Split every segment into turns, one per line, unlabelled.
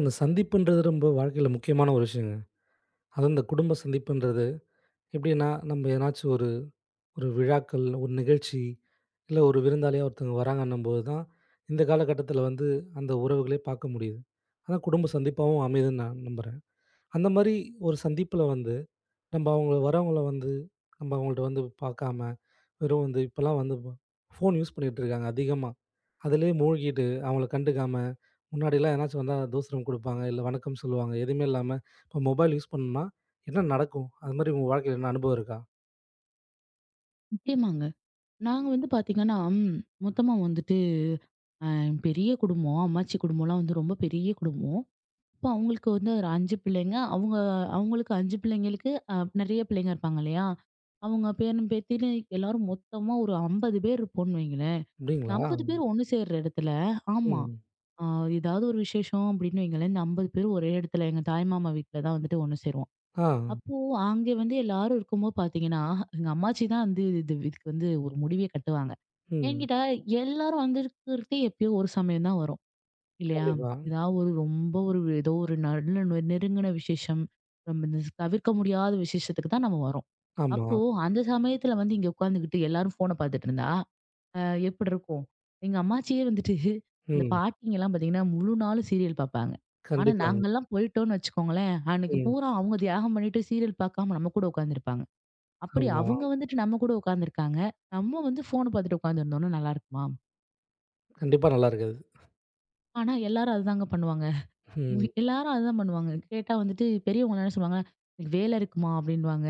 அந்த சந்திப்புன்றது ரொம்ப வாழ்க்கையில முக்கியமான ஒரு விஷயங்க. அதுவும் இந்த குடும்ப சந்திப்புன்றது எப்படின்னா, நம்ம எதனாச்சும் ஒரு ஒரு விழாக்கள், ஒரு நிகழ்ச்சி, இல்ல ஒரு விருந்தாளியா ஒருத்தவங்க வராங்கன்னும்போது தான், இந்த காலகட்டத்தில வந்து அந்த உறவுகளே பார்க்க முடியுது. அதான் குடும்ப சந்திப்பாவும் அமையுதுன்னு நான் நம்புறேன். அந்த மாரி ஒரு சந்திப்புல வந்து, நம்ம அவங்க வரவங்கள வந்து நம்ம அவங்கள்ட்ட வந்து பார்க்காம, வெறும் வந்து இப்பலாம் வந்து ஃபோன் யூஸ் பண்ணிட்டு இருக்காங்க அதிகமா. அதிலேயே மூழ்கிட்டு அவங்கள கண்டுக்காம முன்னாடிலாம் எதனாச்சும் வந்தா தூசரம் குடுப்பாங்க. இல்ல வணக்கம் சொல்லுவாங்க. எதுவுமே இல்லாம, இப்ப மொபைல் யூஸ் பண்ணோம்னா, என்ன நடக்கும்? அது மாரி உங்க வாழ்க்கையில என்ன அனுபவம் இருக்கா?
நிச்சயமாங்க. நாங்க வந்து பாத்தீங்கன்னா, மொத்தமா வந்துட்டு அ பெரிய குடும்பம். அம்மாச்சி குடும்பம்லாம் வந்து ரொம்ப பெரிய குடும்பம். அப்போ அவங்களுக்கு வந்து ஒரு 5 பிள்ளைங்க. அவங்களுக்கு 5 பிள்ளைங்களுக்கு நெறைய பிள்ளைங்க இருப்பாங்க இல்லையா? அவங்க பேரன், பேத்தின்னு எல்லாரும் மொத்தமா ஒரு 50 பேர் இருப்போம்ன்னு வைங்களேன்.
அப்படிங்களா?
50 பேர் ஒண்ணு சேர்ற இடத்துல ஆமா.
ம்.
அ ஏதாவது ஒரு விசேஷம் அப்படின்னு வைங்களேன், இந்த 50 பேரும் ஒரே இடத்துல எங்க தாய் மாமா வீட்ல தான் வந்துட்டு ஒண்ணு சேருவோம்.
ஆ.
அப்போ அங்க வந்து எல்லாரும் இருக்கும்போது பார்த்தீங்கன்னா, எங்க அம்மாச்சி தான் வந்து இது இதுக்கு வந்து ஒரு முடிவே கட்டுவாங்க. ஏன்னு
ம்.
கேட்டா, எல்லாரும் வந்திருக்கிறதே எப்பயோ ஒரு சமயம் தான் வரும். இல்லையா?
கண்டிப்பா.
ஏதாவது ஒரு ரொம்ப ஒரு ஏதோ ஒரு நல்ல நெருங்கின விசேஷம். நம்ம இந்த தவிர்க்க முடியாத விசேஷத்துக்கு தான் நம்ம வரோம்.
ஆமா.
அப்போ அந்த சமயத்துல வந்து இங்க உட்காந்துக்கிட்டு எல்லாரும் ஃபோன பார்த்துட்டு இருந்தா, அ எப்படி இருக்கும்? எங்க அம்மாச்சியே வந்துட்டு, இந்த
ம்.
பாட்டிங்கலாம் பார்த்தீங்கன்னா, முழு நாளும் சீரியல் பார்ப்பாங்க. ஆனா
கண்டிப்பாங்க.
நாங்கலாம் போயிட்டோம்னு வச்சுக்கோங்களேன், அன்னைக்கு
ம்.
பூரா அவங்க தியாகம் பண்ணிட்டு சீரியல் பார்க்காம நம்ம கூட உட்காந்துருப்பாங்க. அப்படி
ஆமா.
அவங்க வந்துட்டு நம்ம கூட உட்காந்துருக்காங்க. நம்ம வந்து ஃபோன பார்த்துட்டு உட்காந்துருந்தோம்னா நல்லா இருக்குமா?
கண்டிப்பா நல்லா இருக்காது.
ஆனா எல்லாரும் அதுதாங்க பண்ணுவாங்க.
ம்.
எல்லாரும் அதுதான் பண்ணுவாங்க. கேட்டா வந்துட்டு பெரியவங்கலாம் என்ன சொல்லுவாங்க, "எனக்கு வேலை இருக்குமா?" அப்படின்னுவாங்க.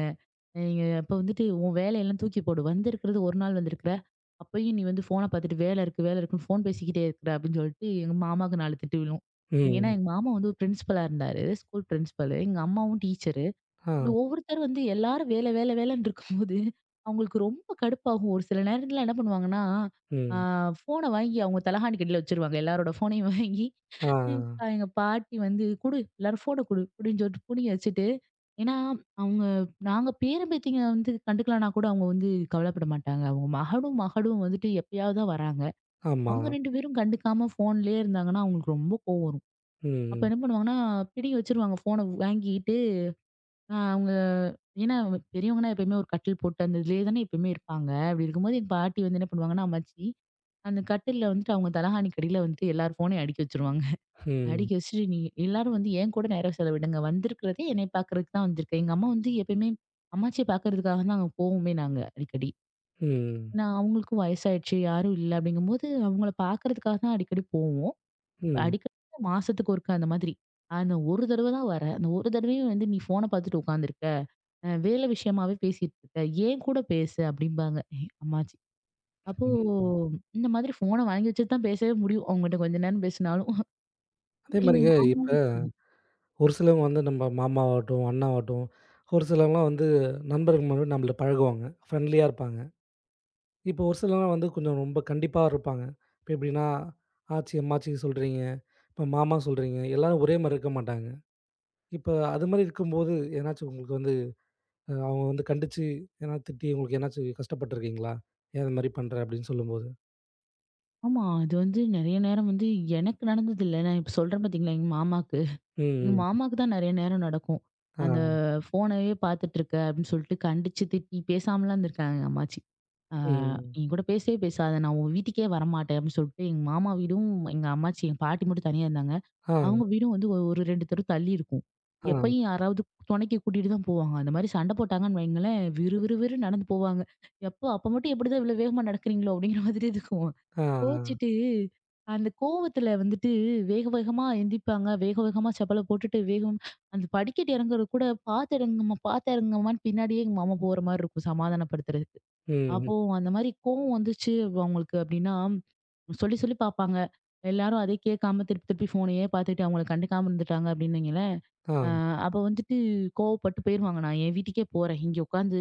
நீங்க அப்ப வந்துட்டு உன் வேலையெல்லாம் தூக்கி போடு. வந்திருக்கிறது ஒரு நாள் வந்திருக்கிற. அப்பயும் நீ வந்து ஃபோன பார்த்துட்டு வேலை இருக்கு, வேலை இருக்குன்னு ஃபோன் பேசிக்கிட்டே இருக்கிற அப்படின்னு சொல்லிட்டு எங்க மாமாவுக்கு 4 திட்டு விழும். ஏன்னா
ம்.
எங்க மாமா வந்து ஒரு பிரின்சிபலா இருந்தாரு. School principal. எங்க அம்மாவும் டீச்சரு. அப்படி
ஆ.
ஒவ்வொருத்தர் வந்து எல்லாரும் வேலை வேலை வேலைன்னு இருக்கும்போது, அவங்களுக்கு ரொம்ப கடுப்பாகும். ஒரு சில நேரத்துல என்ன பண்ணுவாங்கன்னா, ஆ
ம்.
ஃபோன வாங்கி அவங்க தலகாணிக்கடியில வச்சுருவாங்க. எல்லாரோட ஃபோனையும் வாங்கி,
ஆ.
ம் எங்க பாட்டி வந்து "குடு எல்லாரும் ஃபோன குடு" அப்படின்னு சொல்லிட்டு புடுங்கி வச்சுட்டு, ஏன்னா அவங்க நாங்க பேரன் பேத்திங்க வந்து கண்டுக்கலனா கூட அவங்க வந்து கவலைப்பட மாட்டாங்க. அவங்க மகனும் மகளும் வந்துட்டு எப்பயாவது தான் வராங்க.
ஆமா.
அவங்க 2 பேரும் கண்டுக்காம ஃபோன்லயே இருந்தாங்கன்னா, அவங்களுக்கு ரொம்ப கோவம் வரும். அப்ப
ம்.
என்ன பண்ணுவாங்கன்னா, பிடுங்கி வச்சுருவாங்க ஃபோன வாங்கிட்டு ஆ அவங்க ஏன்னா அவங்க பெரியவங்கன்னா எப்பயுமே ஒரு கட்டில் போட்டு அந்த இதுலயே தானே எப்பயுமே இருப்பாங்க. அப்படி இருக்கும்போது எங்க பாட்டி வந்து என்ன பண்ணுவாங்கன்னா, அம்மாச்சி, அந்த கட்டில்ல வந்துட்டு அவங்க தலகாணிக்கு அடியில வந்துட்டு எல்லார் ஃபோனையும் அடுக்கி வச்சுருவாங்க.
ம்.
அடுக்கி வச்சுட்டு நீ எல்லாரும் வந்து என் கூட நேரம் செலவிடுங்க. வந்திருக்கிறதே என்னைய பார்க்கறதுக்கு தான் வந்திருக்கேன். எங்க அம்மா வந்து எப்பயுமே அம்மாச்சிய பார்க்கறதுக்காக தான் அங்க போவோமே நாங்க அடிக்கடி.
ம்.
ஏன்னா அவங்களுக்கும் வயசாயிடுச்சு, யாரும் இல்ல அப்படிங்கும்போது அவங்கள பார்க்கறதுக்காக தான் அடிக்கடி போவோம்.
ம்.
அடிக்கடி மாசத்துக்கு ஒருக்கா அந்த மாதிரி. அந்த ஒரு தடவ தான் வரேன். அந்த ஒரு தடவையும் வந்து நீ ஃபோன பார்த்துட்டு உட்காந்துருக்க. வேலை விஷயமாவே பேசிட்டு இருக்க. ஏன் கூட பேசு அப்படிம்பாங்க ஏய், அம்மாச்சி. அப்போ
ம்.
இந்த மாதிரி ஃபோன வாங்கி வச்சுட்டு தான் பேசவே முடியும். அவங்ககிட்ட கொஞ்ச நேரம் பேசினாலும்.
அதே
எங்க
மாரிங்க இப்ப
மாமாவும் அப்படிதான்.
ஒரு சிலவங்க வந்து நம்ம மாமாவாகட்டும், அண்ணாவாகட்டும், ஒரு சிலவங்கலாம் வந்து நண்பர்கள் முன்னாடி நம்மள்ட்ட பழகுவாங்க. ஃப்ரெண்ட்லியா இருப்பாங்க. இப்போ ஒரு சிலர்லாம் வந்து கொஞ்சம் ரொம்ப கண்டிப்பா இருப்பாங்க. இப்போ எப்படின்னா, ஆச்சி, அம்மாச்சி சொல்றீங்க. இப்போ மாமா சொல்றீங்க. எல்லாரும் ஒரே மாரி இருக்க மாட்டாங்க. இப்போ அது மாரி இருக்கும்போது, எதனாச்சும் உங்களுக்கு வந்து அவங்க வந்து கண்டிச்சு, எதனா திட்டி உங்களுக்கு எதனாச்சும் கஷ்டப்பட்டுருக்கீங்களா? ஏன் இது மாரி பண்ற? அப்படின்னு சொல்லும்போது.
ஆமா. அது வந்து நெறைய நேரம் வந்து எனக்கு நடந்தது இல்ல. நான் இப்ப சொல்றேன் பார்த்தீங்களா, எங்க மாமாக்கு. எங்க
ம், ம்.
மாமாவுக்கு தான் நெறைய நேரம் நடக்கும். அந்த
ஆ,
ஃபோனவே பார்த்துட்டு இருக்க அப்படின்னு சொல்லிட்டு கண்டிச்சு, திட்டி பேசாமலாம் இருந்திருக்காங்க எங்க அம்மாச்சி. ஆ
ம்.
"நீ என் கூட பேசவே பேசாத. நான் உன் வீட்டுக்கே வரமாட்டேன்" அப்படின்னு சொல்லிட்டு எங்க மாமா வீடும், எங்க அம்மாச்சி, எங்க பாட்டி மட்டும் தனியா இருந்தாங்க.
ஆ,
அவங்க வீடும் வந்து ஒரு 2 தெரு தள்ளி இருக்கும்.
ஆ,
எப்பயும் யாராவது துணைக்கு கூட்டிட்டு தான் போவாங்க. அந்த மாரி சண்டை போட்டாங்கன்னு வைங்களேன், விறுவிறுவிறு நடந்து போவாங்க. "எப்போ அப்ப மட்டும் எப்படிதான் இவ்வளோ வேகமா நடக்கிறீங்களோ?" அப்படிங்கிற மாதிரி இருக்கும்.
ஆ, ஆ.
கோவிச்சுட்டு அந்த கோவத்துல வந்துட்டு வேக வேகமா எந்திரிப்பாங்க. வேக வேகமா செப்பல போட்டுட்டு வேகம் அந்த படிக்கட்டு இறங்குறது கூட "பார்த்து இறங்குங்கம்மா, பார்த்து இறங்குங்கம்மான்னு" பின்னாடியே எங்க மாமா போற மாரி இருக்கும் சமாதானப்படுத்துறதுக்கு.
ம், ம்.
அப்போ அந்த மாரி கோவம் வந்துச்சு அவங்களுக்கு அப்படின்னா, சொல்லி சொல்லி பார்ப்பாங்க. எல்லாரும் அதை கேட்காம திருப்பி திருப்பி ஃபோனையே பார்த்துட்டு அவங்கள கண்டுக்காம இருந்துட்டாங்க அப்படின்னு வைங்களேன்.
ஆ,
அ அப்ப வந்துட்டு கோவப்பட்டு போயிருவாங்க. "நான் என் வீட்டுக்கே போறேன். இங்க உட்காந்து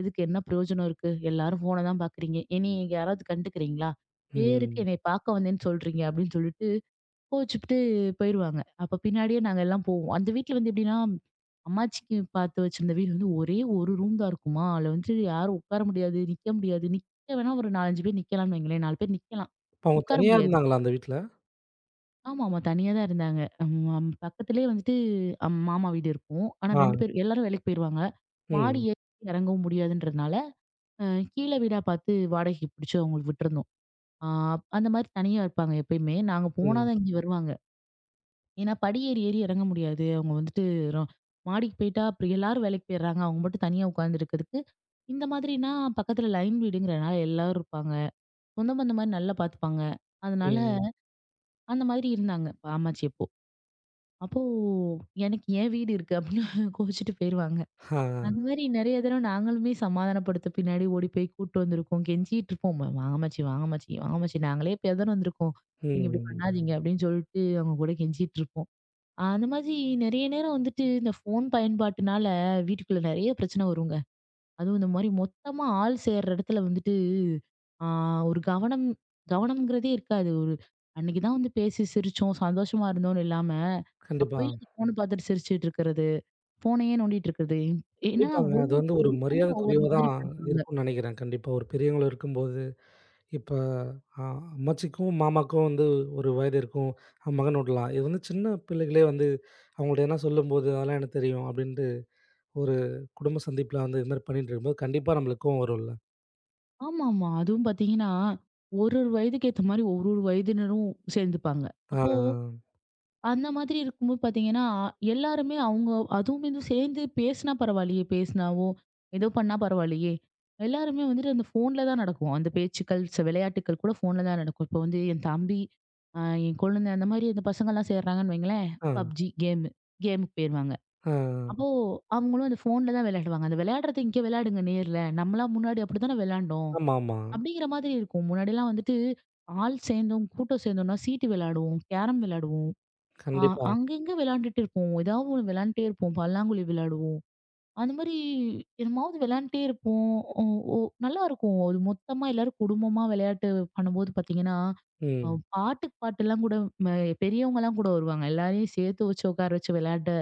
எதுக்கு என்ன பிரயோஜனம் இருக்கு? எல்லாரும் ஃபோன தான் பார்க்குறீங்க. என்னைய யாராவது கண்டுக்கிறீங்களா? பேருக்கு
ம்.
என்னைய பார்க்க வந்தேன்னு சொல்றீங்க" அப்படின்னு சொல்லிட்டு கோவிச்சுக்கிட்டு போயிருவாங்க. அப்ப பின்னாடியே நாங்க எல்லாம் போவோம். அந்த வீட்ல வந்து எப்படின்னா, அம்மாச்சிக்கு பாத்து வச்சிருந்த வீடு வந்து ஒரே ஒரு ரூம் தான் இருக்குமா. அதுல வந்து யாரும் உட்கார முடியாது, நிக்க முடியாது. நிக்க வேணா ஒரு 4, 5 பேர் நிக்கலாம்னு வைங்களேன். 4 பேர் நிக்கலாம்.
இப்போ அவங்க
உட்கார
தனியா
முடியாது.
இருந்தாங்களா அந்த வீட்ல?
ஆமாமா. தனியா தான் இருந்தாங்க. பக்கத்திலேயே வந்துட்டு மாமா வீடு இருக்கும். ஆனா
ஆ,
2 பேர் எல்லாரும் வேலைக்கு போயிருவாங்க. மாடி
ம்,
ஏறி இறங்கவும் முடியாதுன்றதுனால, அ கீழ வீடா பாத்து வாடகைக்கு புடிச்சு அவங்களுக்கு விட்டுருந்தோம். ஆ அந்த மாரி தனியா இருப்பாங்க எப்பயுமே. நாங்க போனா
ம்,
தான் இங்க வருவாங்க. ஏன்னா படி ஏறி ஏறி இறங்க முடியாது. அவங்க வந்துட்டு ரொ மாடிக்கு போயிட்டா அப்புறம் எல்லாரும் வேலைக்கு போயிடுறாங்க. அவங்க மட்டும் தனியா உட்காந்துருக்கிறதுக்கு. இந்த மாதிரினா பக்கத்துல லைன் வீடுங்கிறனால எல்லாரும் இருப்பாங்க. சொந்த பந்த மாரி நல்லா பார்த்துப்பாங்க. அதனால
ம்.
அந்த மாதிரி இருந்தாங்க இப்ப அம்மாச்சி அப்போ. அப்போ எனக்கு என் வீடு இருக்கு அப்படின்னு கோவிச்சுட்டு போயிருவாங்க.
ஆ,
அந்த மாரி நெறைய தடவ நாங்களுமே சமாதானப்படுத்த பின்னாடி ஓடி போய் கூட்டு வந்திருக்கோம். கெஞ்சிட்டு இருப்போம். "வாங்க அம்மாச்சி, வாங்க அம்மாச்சி, வாங்க அம்மாச்சி நாங்களே இப்ப தானே வந்திருக்கோம். நீங்க இப்படி
ம்.
பண்ணாதீங்க" அப்படின்னு சொல்லிட்டு அவங்க கூட கெஞ்சிட்டு இருப்போம். அந்த மாதிரி நெறைய நேரம் வந்துட்டு இந்த ஃபோன் பயன்பாட்டுனால வீட்டுக்குள்ள நெறைய பிரச்சனை வருங்க. அதுவும் இந்த மாரி மொத்தமா ஆள் சேர்ற இடத்துல வந்துட்டு, ஆ ஒரு கவனம் கவனம்ங்கிறதே இருக்காது. ஒரு அன்னைக்கு தான் வந்து பேசி சிரிச்சோம், சந்தோஷமா இருந்தோம்னு இல்லாம,
கண்டிப்பா.
அப்பயும் அந்த ஃபோன பார்த்துட்டு சிரிச்சுட்டு இருக்கிறது, ஃபோனையே நோண்டிட்டு இருக்கிறது. ஏன்னா
கண்டிப்பாங்க. அது வந்து ஒரு
ஒவ்வொருத்தவங்களும் ஒவ்வொரு
மரியாதைக்குரியவா
மாதிரி
தான்
பண்ணுவாங்க.
இருக்கும்னு நெனைக்கிறேன். கண்டிப்பா ஒரு பெரியவங்களும் இருக்கும்போது, இப்ப அ அம்மாச்சிக்கும், மாமாக்கும் வந்து ஒரு வயது இருக்கும். மகன் விடலாம். இது வந்து சின்ன பிள்ளைகளே வந்து அவங்கள்ட்ட எதனா சொல்லும்போது, "அதெல்லாம் எனக்கு தெரியும்" அப்படின்ட்டு ஒரு குடும்ப சந்திப்புல வந்து இது மாரி பண்ணிட்டு இருக்கும்போது, கண்டிப்பா நம்மளுக்கு கோவம் வரும்ல.
ஆமாமா. அதுவும் பார்த்தீங்கன்னா, ஒரு ஒரு வயதுக்கு ஏத்த மாரி ஒரு ஒரு வயதினரும் சேர்ந்துப்பாங்க.
ஆ,
அப்போ அந்த மாதிரி இருக்கும்போது பாத்தீங்கன்னா, எல்லாருமே அவங்க அதுவுமே வந்து சேர்ந்து பேசினா பரவாயில்லையே! பேசினாவோ, ஏதோ பண்ணா பரவாயில்லையே! எல்லாருமே வந்துட்டு அந்த ஃபோன்ல தான் நடக்கும். அந்த பேச்சுக்கள், விளையாட்டுக்கள் கூட ஃபோன்ல தான் நடக்கும். இப்போ வந்து என் தம்பி, அ என் குழந்தை அந்த மாதிரி அந்த பசங்கள்லாம் சேர்றாங்கன்னு வைங்களேன்,
ஆ, ஆ,
PUBG கேமு. கேமுக்கு போயிருவாங்க. அப்போ
ஆ.
அவங்களும் அந்த ஃபோன்ல தான் விளையாடுவாங்க. அந்த விளையாடுறத இங்க விளையாடுங்க நேர்ல. நம்மலாம் முன்னாடி அப்படித்தானே விளையாண்டோம்.
ஆமாமா.
அப்படிங்கிற மாதிரி இருக்கும். முன்னாடிலாம் வந்துட்டு ஆள் சேர்ந்தோம், கூட்டம் சேர்ந்தோம்னா சீட்டு விளையாடுவோம், கேரம் விளையாடுவோம். ஆ
கண்டிப்பா.
அங்கங்க விளையாண்டுட்டு இருப்போம். ஏதாவது ஒண்ணு விளையாண்டுட்டே இருப்போம். பல்லாங்குழி விளையாடுவோம். அந்த மாரி என்னமாவது விளையாண்டுட்டே இருப்போம். ஒ ஒ நல்லாருக்கும். அது மொத்தமா எல்லாரும் குடும்பமா விளையாட்டு பண்ணும்போது பார்த்தீங்கன்னா, அ
ம்.
பாட்டுக்கு பாட்டுலாம் கூட ம பெரியவங்கலாம் கூட வருவாங்க. எல்லாரையும் சேர்த்து வச்சு உட்கார வச்சு விளையாட்ட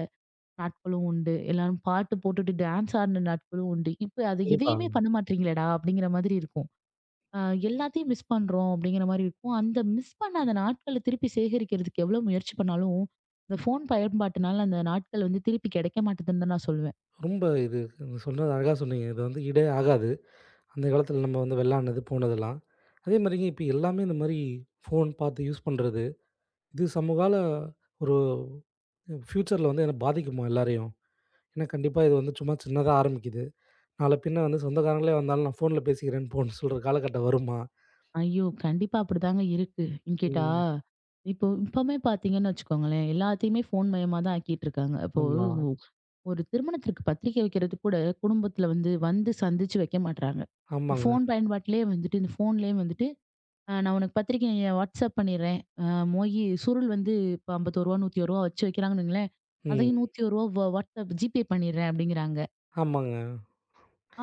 நாட்களும் உண்டு. எல்லாரும் பாட்டு போட்டுட்டு டான்ஸ் ஆடின நாட்களும் உண்டு. இப்ப அது
கண்டிப்பா.
எதையுமே பண்ண மாட்றீங்களேடா! அப்படிங்கிற மாதிரி இருக்கும். அ எல்லாத்தையும் மிஸ் பண்றோம் அப்படிங்கிற மாரி இருக்கும். அந்த மிஸ் பண்ண அந்த நாட்கள திருப்பி சேகரிக்கிறதுக்கு எவ்வளோ முயற்சி பண்ணாலும், இந்த ஃபோன் பயன்பாட்டுனால அந்த நாட்கள் வந்து திருப்பி கிடைக்க மாட்டேதுன்னு தான் நான் சொல்லுவேன்.
ரொம்ப இது நீங்க சொன்னது அழகா சொன்னீங்க. இது வந்து ஈடே ஆகாது. அந்த காலத்துல நம்ம வந்து வெளாடுனது, போனதெல்லாம். அதே மாரிங்க இப்ப எல்லாமே இந்த மாரி ஃபோன் பார்த்து யூஸ் பண்றது. இது சமகால ஒரு ஃப்யூச்சர்ல வந்து என்ன பாதிக்குமா எல்லாரையும்? ஏன்னா கண்டிப்பா இது வந்து சும்மா சின்னதா ஆரம்பிக்குது. நாள பின்ன வந்து சொந்தக்காரங்களே வந்தாலும் நான் ஃபோன்ல பேசிக்கிறேன்னு போன்னு சொல்ற காலகட்டம் வருமா?
ஐயோ! கண்டிப்பா அப்படிதாங்க இருக்கு. ஏன்னு கேட்டா,
ம்.
இப்போ இப்பமே பார்த்தீங்கன்னு வச்சுக்கோங்களேன், எல்லாத்தையுமே ஃபோன் மயமா தான் ஆக்கிட்டு இருக்காங்க. இப்போ
ஆமா.
ஒரு ஒரு திருமணத்திற்கு பத்திரிக்கை வைக்கிறது கூட குடும்பத்தில வந்து வந்து சந்திச்சு வைக்க மாட்றாங்க. இந்த
ஆமாங்க.
ஃபோன் பயன்பாட்டிலேயே வந்துட்டு இந்த ஃபோன்லேயே வந்துட்டு நான் உனக்கு பத்திரிக்கைய வாட்ஸ்அப் பண்ணிடுறேன். மோகி சுருள் வந்து இப்ப ரூ. 51 ரூ. 100 வச்சு வைக்கிறாங்கன்னு வைங்களேன். அதையும் ரூ.
ம்.
100 வாட்ஸ்அப் ஜிபே பண்ணிடுறேன் அப்படிங்கிறாங்க.
ஆமாங்க.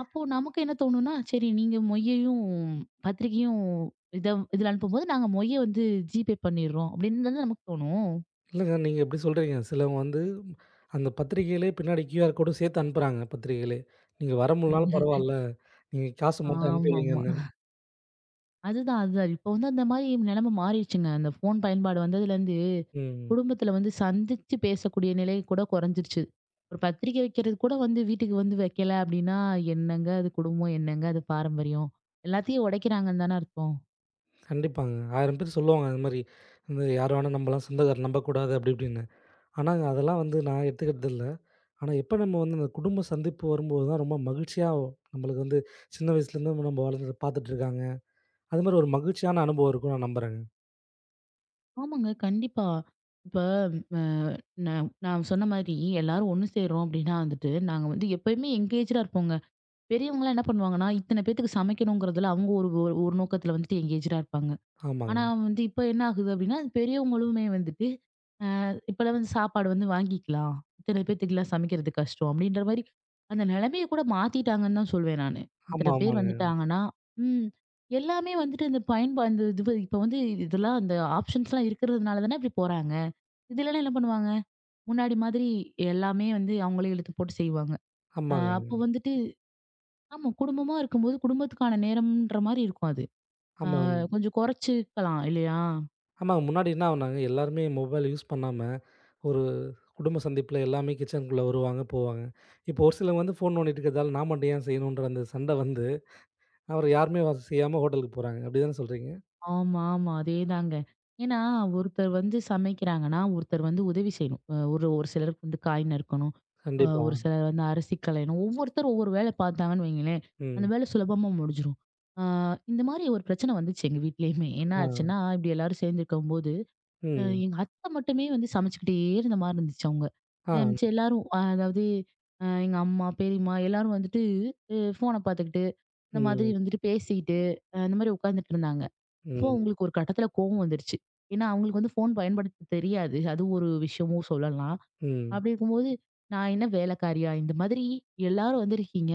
அப்போ நமக்கு என்ன தோணும்னா, சரி நீங்க மொய்யையும், பத்திரிக்கையும் இத இதுல அனுப்பும்போது நாங்க மொய்ய வந்து ஜிபே பண்ணிடுறோம் அப்படின்னு தானே நமக்கு தோணும்.
இல்லங்க நீங்க இப்டி சொல்றீங்க. சிலவங்க வந்து அந்த பத்திரிக்கையிலே பின்னாடி கியூஆர் கோடும் சேர்த்து அனுப்புறாங்க பத்திரிக்கையிலே. நீங்க வர முடிலனாலும்
ஆமா.
பரவால்ல. நீங்க காசு மட்டும் அனுப்பி
ஆமாமா.
வைங்கன்னு.
அதுதான், அதுதான். இப்ப வந்து அந்த மாரி நிலைமை மாறிடுச்சுங்க. அந்த ஃபோன் பயன்பாடு வந்ததுலேருந்து
ம்.
குடும்பத்துல வந்து சந்திச்சு பேசக்கூடிய நிலை கூட குறைஞ்சிருச்சு. ஒரு பத்திரிக்கை வைக்கிறது கூட வந்து வீட்டுக்கு வந்து வைக்கல அப்படின்னா, என்னங்க அது குடும்பம்? என்னங்க அது பாரம்பரியம்? எல்லாத்தையும் உடைக்கிறாங்கன்னு தானே அர்த்தம்.
கண்டிப்பாங்க. 1000 பேர் சொல்லுவாங்க அது மாரி. இந்த யார வேணா நம்பலாம், சொந்தக்காரர நம்பக்கூடாது அப்படி இப்படின்னு. ஆனா அதெல்லாம் வந்து நான் எடுத்துக்கிறது இல்ல. ஆனா எப்ப நம்ம வந்து அந்த குடும்ப சந்திப்பு வரும்போது தான் ரொம்ப மகிழ்ச்சியா நம்மளுக்கு வந்து சின்ன வயசுலேருந்து நம்ம வளர்ந்தத பார்த்துட்டுருக்காங்க. அது மாரி ஒரு மகிழ்ச்சியான அனுபவம் இருக்கும்னு நான் நம்புறேங்க.
ஆமாங்க, கண்டிப்பா. இப்ப அ நான் நான் சொன்ன மாரி எல்லாரும் ஒண்ணு சேர்றோம் அப்படின்னா வந்துட்டு, நாங்க வந்து எப்பயுமே எங்கேஜ்டா இருப்போங்க. பெரியவங்கலாம் என்ன பண்ணுவாங்கன்னா, இத்தன பேத்துக்கு சமைக்கணுங்கிறதுல அவங்க ஒரு ஒரு ஒரு நோக்கத்துல வந்துட்டு எங்கேஜ்டா இருப்பாங்க.
ஆமாங்க.
ஆனா வந்து இப்ப என்ன ஆகுது அப்படின்னா, பெரியவங்களுமே வந்துட்டு இப்பலாம் வந்து சாப்பாடு வந்து வாங்கிக்கலாம். இத்தன பேத்துக்குலாம் சமைக்கிறது கஷ்டம். அப்படின்ற மாரி அந்த நெலைமைய கூட மாத்திட்டாங்கன்னு தான் சொல்வேன் நானு.
ஆமா,
இத்தன பேர்
ஆமாங்க.
வந்துட்டாங்கன்னா, ம். எல்லாமே வந்துட்டு இந்த இந்த இப்ப வந்து இதெல்லாம் அந்த ஆப்ஷன்ஸ்லாம் இருக்கிறதுனால தானே இப்படி போறாங்க. இது இல்லன்னா என்ன பண்ணுவாங்க? முன்னாடி மாதிரி எல்லாமே வந்து அவங்களே இழுத்து போட்டு செய்வாங்க.
ஆமாங்க.
அப்போ வந்துட்டு ஆமா குடும்பமா இருக்கும்போது குடும்பத்துக்கான நேரம்ன்ற மாரி இருக்கும் அது. அ
ஆமாங்க.
கொஞ்சம் குறைச்சுக்கலாம் இல்லையா?
ஆமாங்க. முன்னாடி என்ன ஆகுனாங்க, எல்லாருமே மொபைல் யூஸ் பண்ணாம ஒரு குடும்ப சந்திப்புல எல்லாமே கிச்சனுக்குள்ள வருவாங்க, போவாங்க. இப்போ ஒரு சிலவங்க வந்து ஃபோன் நோண்டிட்டு இருக்கிறதால நான் மட்டும் ஏன் செய்யணுன்ற அந்த சண்டை வந்து, அப்புறம் யாருமே செய்யாம ஹோட்டலுக்கு போறாங்க. அப்படி தானே சொல்றீங்க?
ஆமா, ஆமா. அதேதாங்க. ஏன்னா, ஒருத்தர் வந்து சமைக்கிறாங்கன்னா, ஒருத்தர் வந்து உதவி செய்யணும். ஒரு ஒரு சிலருக்கு வந்து காய் நறுக்கணும்.
கண்டிப்பா.
ஒரு சிலர் வந்து அரிசி களையணும். ஒவ்வொருத்தர் ஒவ்வொரு வேலை பார்த்தாங்கன்னு வைங்களேன், அந்த
ம்.
வேலை சுலபமா முடிஞ்சிரும். ஆ இந்த மாரி ஒரு பிரச்சனை வந்துச்சு எங்க வீட்லயுமே. என்ன
ஆ.
ஆச்சுன்னா, இப்படி எல்லாரும் சேர்ந்திருக்கும்போது,
ம்.
எங்க அத்தை மட்டுமே வந்து சமைச்சுக்கிட்டே இருந்த மாரி இருந்துச்சு அவங்க.
ஆ.
மிச்சம் எல்லாரும் அதாவது எங்க அம்மா, பெரியம்மா எல்லாரும் வந்துட்டு ஃபோன பார்த்துக்கிட்டு, இந்த மாதிரி
ம்.
வந்துட்டு பேசிக்கிட்டு, இந்த மாரி உட்காந்துட்டு இருந்தாங்க. அப்போ
ம்.
அவங்களுக்கு ஒரு கட்டத்துல கோவம் வந்துருச்சு. ஏன்னா அவங்களுக்கு வந்து ஃபோன் பயன்படுத்த தெரியாது. அது ஒரு விஷயமும் சொல்லலாம்.
ம்.
அப்படி இருக்கும்போது, "நான் என்ன வேலைக்காரியா? இந்த மாதிரி எல்லாரும் வந்திருக்கீங்க.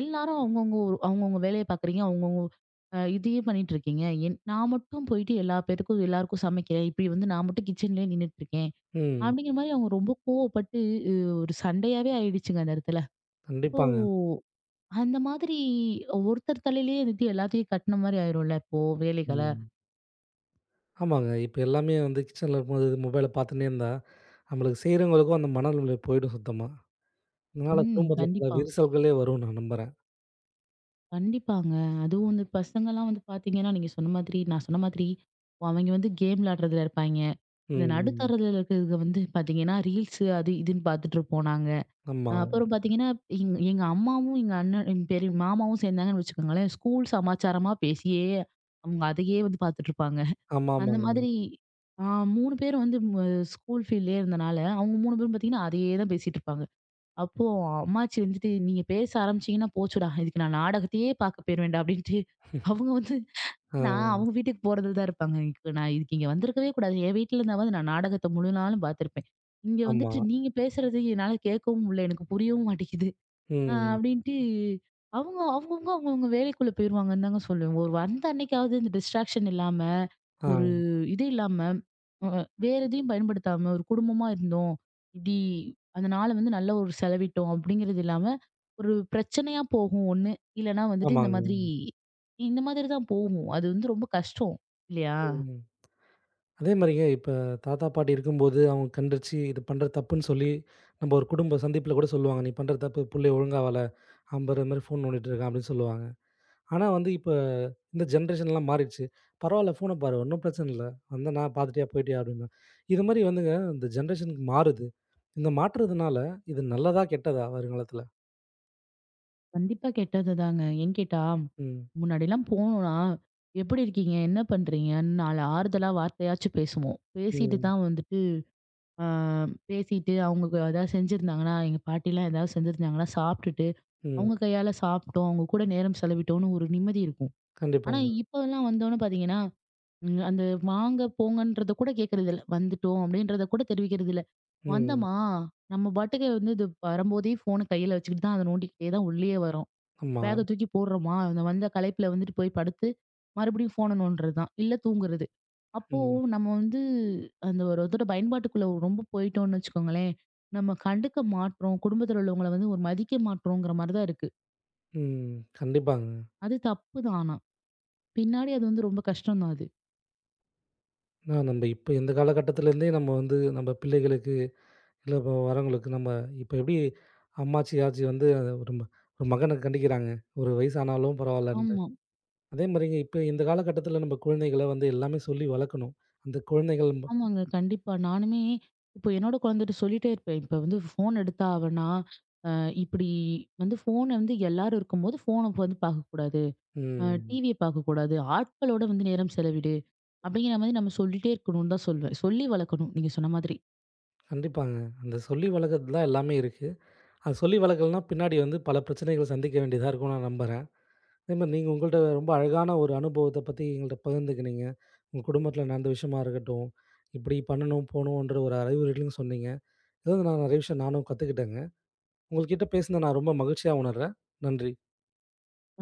எல்லாரும் அவங்கவங்க ஒரு அவங்கவங்க வேலைய பார்க்குறீங்க. அவங்கவங்க இதையே பண்ணிட்டு இருக்கீங்க. என் நான் மட்டும் போயிட்டு எல்லா பேத்துக்கும் எல்லாருக்கும் சமைக்கிறேன். இப்படி வந்து நான் மட்டும் கிச்சன்லயே நின்னுட்டு இருக்கேன்."
ம்.
அப்படிங்கிற மாதிரி அவங்க ரொம்ப கோவப்பட்டு அ ஒரு சண்டையாவே ஆயிடுச்சுங்க அந்த இடத்துல. இப்போ
கண்டிப்பாங்க.
அந்த மாதிரி ஒருத்தர் தலையிலேயே நிறுத்தி எல்லாத்தையும் கட்டுன மாதிரி ஆயிரும்ல இப்போ வேலைகள.
ம். ஆமாங்க. இப்ப எல்லாமே வந்து கிச்சன்ல இருக்கும்போது மொபைல பார்த்துன்னே இருந்தா, நம்மளுக்கு செய்றவங்களுக்கும் அந்த மனநிலை போயிடும் சுத்தமா. இதனால
ம்.
குடும்பத்தில பல
கண்டிப்பா.
விரிசல்களே வரும் நான் நம்புறேன்.
கண்டிப்பாங்க. அதுவும் வந்து பசங்கலாம் வந்து பார்த்தீங்கன்னா, நீங்க சொன்ன மாதிரி நான் சொன்ன மாதிரி அவங்க வந்து கேம் விளையாடுறதுல இருப்பாய்ங்க.
ம்.
இந்த
ம்.
நடுத்தரதுல இருக்கிறதுங்க வந்து பார்த்தீங்கன்னா, ரீல்ஸு அது இதுன்னு பார்த்துட்டுருப்போம் நாங்க.
ஆமா.
அப்புறம் பார்த்தீங்கன்னா, எங்க அம்மாவும், எங்க அண்ணன் எங்க பெரிய மாமாவும் சேர்ந்தாங்கன்னு வச்சுக்கோங்களேன், ஸ்கூல் சமாச்சாரமா பேசியே அவங்க அதையே வந்து பார்த்துட்டுருப்பாங்க. அந்த
ஆமாமாங்க.
மாதிரி ஆ 3 பேரும் வந்து ஸ்கூல் ஃபீல்ட்லயே இருந்தனால, அவங்க 3 பேரும் பார்த்தீங்கன்னா, அதையே தான் பேசிட்டுருப்பாங்க. அப்போ அம்மாச்சி வந்துட்டு, "நீங்க பேச ஆரம்பிச்சீங்கன்னா போச்சுடா! இதுக்கு நான் நாடகத்தையே பார்க்க போயிருவேன்டா" அப்படின்ட்டு அவங்க வந்து
ஆ.
நான் அவங்க வீட்டுக்கு போறதுல தான் இருப்பாங்க. எனக்கு நான் இதுக்கு இங்க வந்திருக்கவே கூடாது. என் வீட்ல இருந்தாவாவது நான் நாடகத்த முழு நாளும் பார்த்துருப்பேன். இங்க
ஆமா.
வந்துட்டு நீங்க பேசுறது என்னால கேட்கவும் முடியல. எனக்கு புரியவும் மாட்டேங்குது.
ம்.
அப்படின்ட்டு அவங்கவங்க அவங்கவங்க வேலைக்குள்ள போயிருவாங்கன்னு தாங்க சொல்லுவேன். ஒரு வந்த அன்னைக்காவது இந்த டிஸ்ட்ராக்ஷன் இல்லாம, ஒரு
ஆ.
இது இல்லாம, அ வேற எதையும் பயன்படுத்தாம ஒரு குடும்பமா இருந்தோம். இப்படி அந்த நாள வந்து நல்ல ஒரு செலவிட்டோம் அப்படிங்கிறது இல்லாம, ஒரு பிரச்சனையா போகும் ஒண்ணு. இல்லன்னா வந்துட்டு இந்த
ஆமாங்க.
மாதிரி இந்த மாதிரி தான் போகும். அது வந்து ரொம்ப கஷ்டம். இல்லையா?
ம். அதே மாரிங்க இப்ப தாத்தா, பாட்டி இருக்கும்போது அவங்க கண்டிச்சு, இது பண்றது தப்புன்னு சொல்லி, நம்ம ஒரு குடும்ப சந்திப்பில கூட சொல்லுவாங்க. "நீ பண்ற தப்பு புள்ளைய ஒழுங்கா வள" 50 மாரி ஃபோன் நோண்டிட்டு இருக்கான் அப்படின்னு சொல்லுவாங்க. ஆனா வந்து இப்ப இந்த ஜென்ரேஷன்லாம் மாறிடுச்சு. பரவால்ல ஃபோன பாரு ஒண்ணும் பிரச்சனை இல்ல. வந்தனா பார்த்துட்டியா, போயிட்டியா அப்படின்னு. இது மாரி வந்துங்க இந்த ஜென்ரேஷனுக்கு மாறுது. இந்த மாற்றதுனால இது நல்லதா, கெட்டதா வருங்காலத்துல?
கண்டிப்பா கெட்டதுதாங்க. ஏன்னு கேட்டா,
ம்.
முன்னாடிலாம் போனோம்னா, "எப்படி இருக்கீங்க? என்ன பண்றீங்கன்னு?" 4 ஆறுதலா வார்த்தையாச்சும் பேசுவோம். பேசிட்டு
ம்.
தான் வந்துட்டு ஆ பேசிட்டு அவங்க ஏதாவது செஞ்சிருந்தாங்கன்னா, எங்க பாட்டிலாம் ஏதாவது செஞ்சிருந்தாங்கன்னா, சாப்பிட்டுட்டு,
ம்.
அவங்க கையால சாப்பிட்டோம், அவங்க கூட நேரம் செலவிட்டோம்னு ஒரு நிம்மதி இருக்கும். ஆனா
கண்டிப்பாங்க.
இப்போலாம் வந்தோனே பார்த்தீங்கன்னா, அந்த வாங்க, போங்கன்றத கூட கேட்கறதில்ல. வந்துட்டோம் அப்படின்றத கூட தெரிவிக்கிறதில்ல.
ம்.
வந்தோமா, நம்ம பாட்டுக்கு வந்து இது வரும்போதே ஃபோன கையில வச்சுக்கிட்டு தான் அத நோண்டிக்கிட்டே தான் உள்ளயே வரோம்.
ஆமா.
பேக்க தூக்கி போடுறோமா, அந்த வந்த களைப்புல வந்துட்டு போய் படுத்து, மறுபடியும் ஃபோன நோண்டுறது தான். இல்ல தூங்குறது. அப்போ
ம்.
நம்ம வந்து அந்த ஒரு இதோட பயன்பாட்டுக்குள்ள ரொம்ப போயிட்டோம்னு வச்சுக்கோங்களேன், நம்ம கண்டுக்க மாட்றோம். குடும்பத்தில உள்ளவங்கள வந்து ஒரு மதிக்க மாட்றோங்கிற மாரி தான் இருக்கு.
ம். கண்டிப்பாங்க.
அது தப்பு தான் ஆனா. பின்னாடி அது வந்து ரொம்ப கஷ்டம் தான் அது.
ஆனா நம்ம இப்ப இந்த காலகட்டத்திலேருந்தே நம்ம வந்து நம்ம பிள்ளைகளுக்கு, இல்ல இப்ப வரவங்களுக்கு நம்ம இப்ப எப்படி அம்மாச்சி, ஆச்சி வந்து ஒரு ம- ஒரு மகன கண்டிக்கிறாங்க. ஒரு வயசு ஆனாலும் பரவாயில்ல.
ஆமா.
அதே மாரிங்க இப்ப இந்த காலகட்டத்தில நம்ம குழந்தைகள வந்து எல்லாமே சொல்லி வளர்க்கணும். அந்த குழந்தைகள் ம்
ஆமாங்க. கண்டிப்பா. நானுமே இப்போ என்னோட குழந்தைட்ட சொல்லிட்டே இருப்பேன். இப்ப வந்து ஃபோன் எடுத்தா அவனா, அ இப்டி வந்து ஃபோன வந்து எல்லாரும் இருக்கும்போது ஃபோன வந்து பார்க்கக்கூடாது.
ம்.
டிவியை பார்க்கக்கூடாது. ஆட்களோட வந்து நேரம் செலவிடு. அப்படிங்கிற மாதிரி நம்ம சொல்லிட்டே இருக்கணும்னு தான் சொல்வேன். சொல்லி வளர்க்கணும். நீங்க சொன்ன மாதிரி.
கண்டிப்பாங்க. அந்த சொல்லி வளர்க்கறது தான் எல்லாமே இருக்கு. அது சொல்லி வளர்க்கலன்னா பின்னாடி வந்து பல பிரச்சனைகள் சந்திக்க வேண்டியதா இருக்கும்னு நான் நம்புறேன். அதே மாரி நீங்க உங்கள்ட்ட ரொம்ப அழகான ஒரு அனுபவத்த பத்தி எங்கள்ட்ட பகிர்ந்துக்கினீங்க. உங்க குடும்பத்தில நடந்த விஷயமா இருக்கட்டும், இப்படி பண்ணணும், போணுன்ற ஒரு அறிவுரைகளையும் சொன்னீங்க. ஏதாவது நான் நெறைய விஷயம் நானும் கத்துக்கிட்டேங்க. உங்கள்கிட்ட பேசினது நான் ரொம்ப மகிழ்ச்சியா உணர்றேன். நன்றி.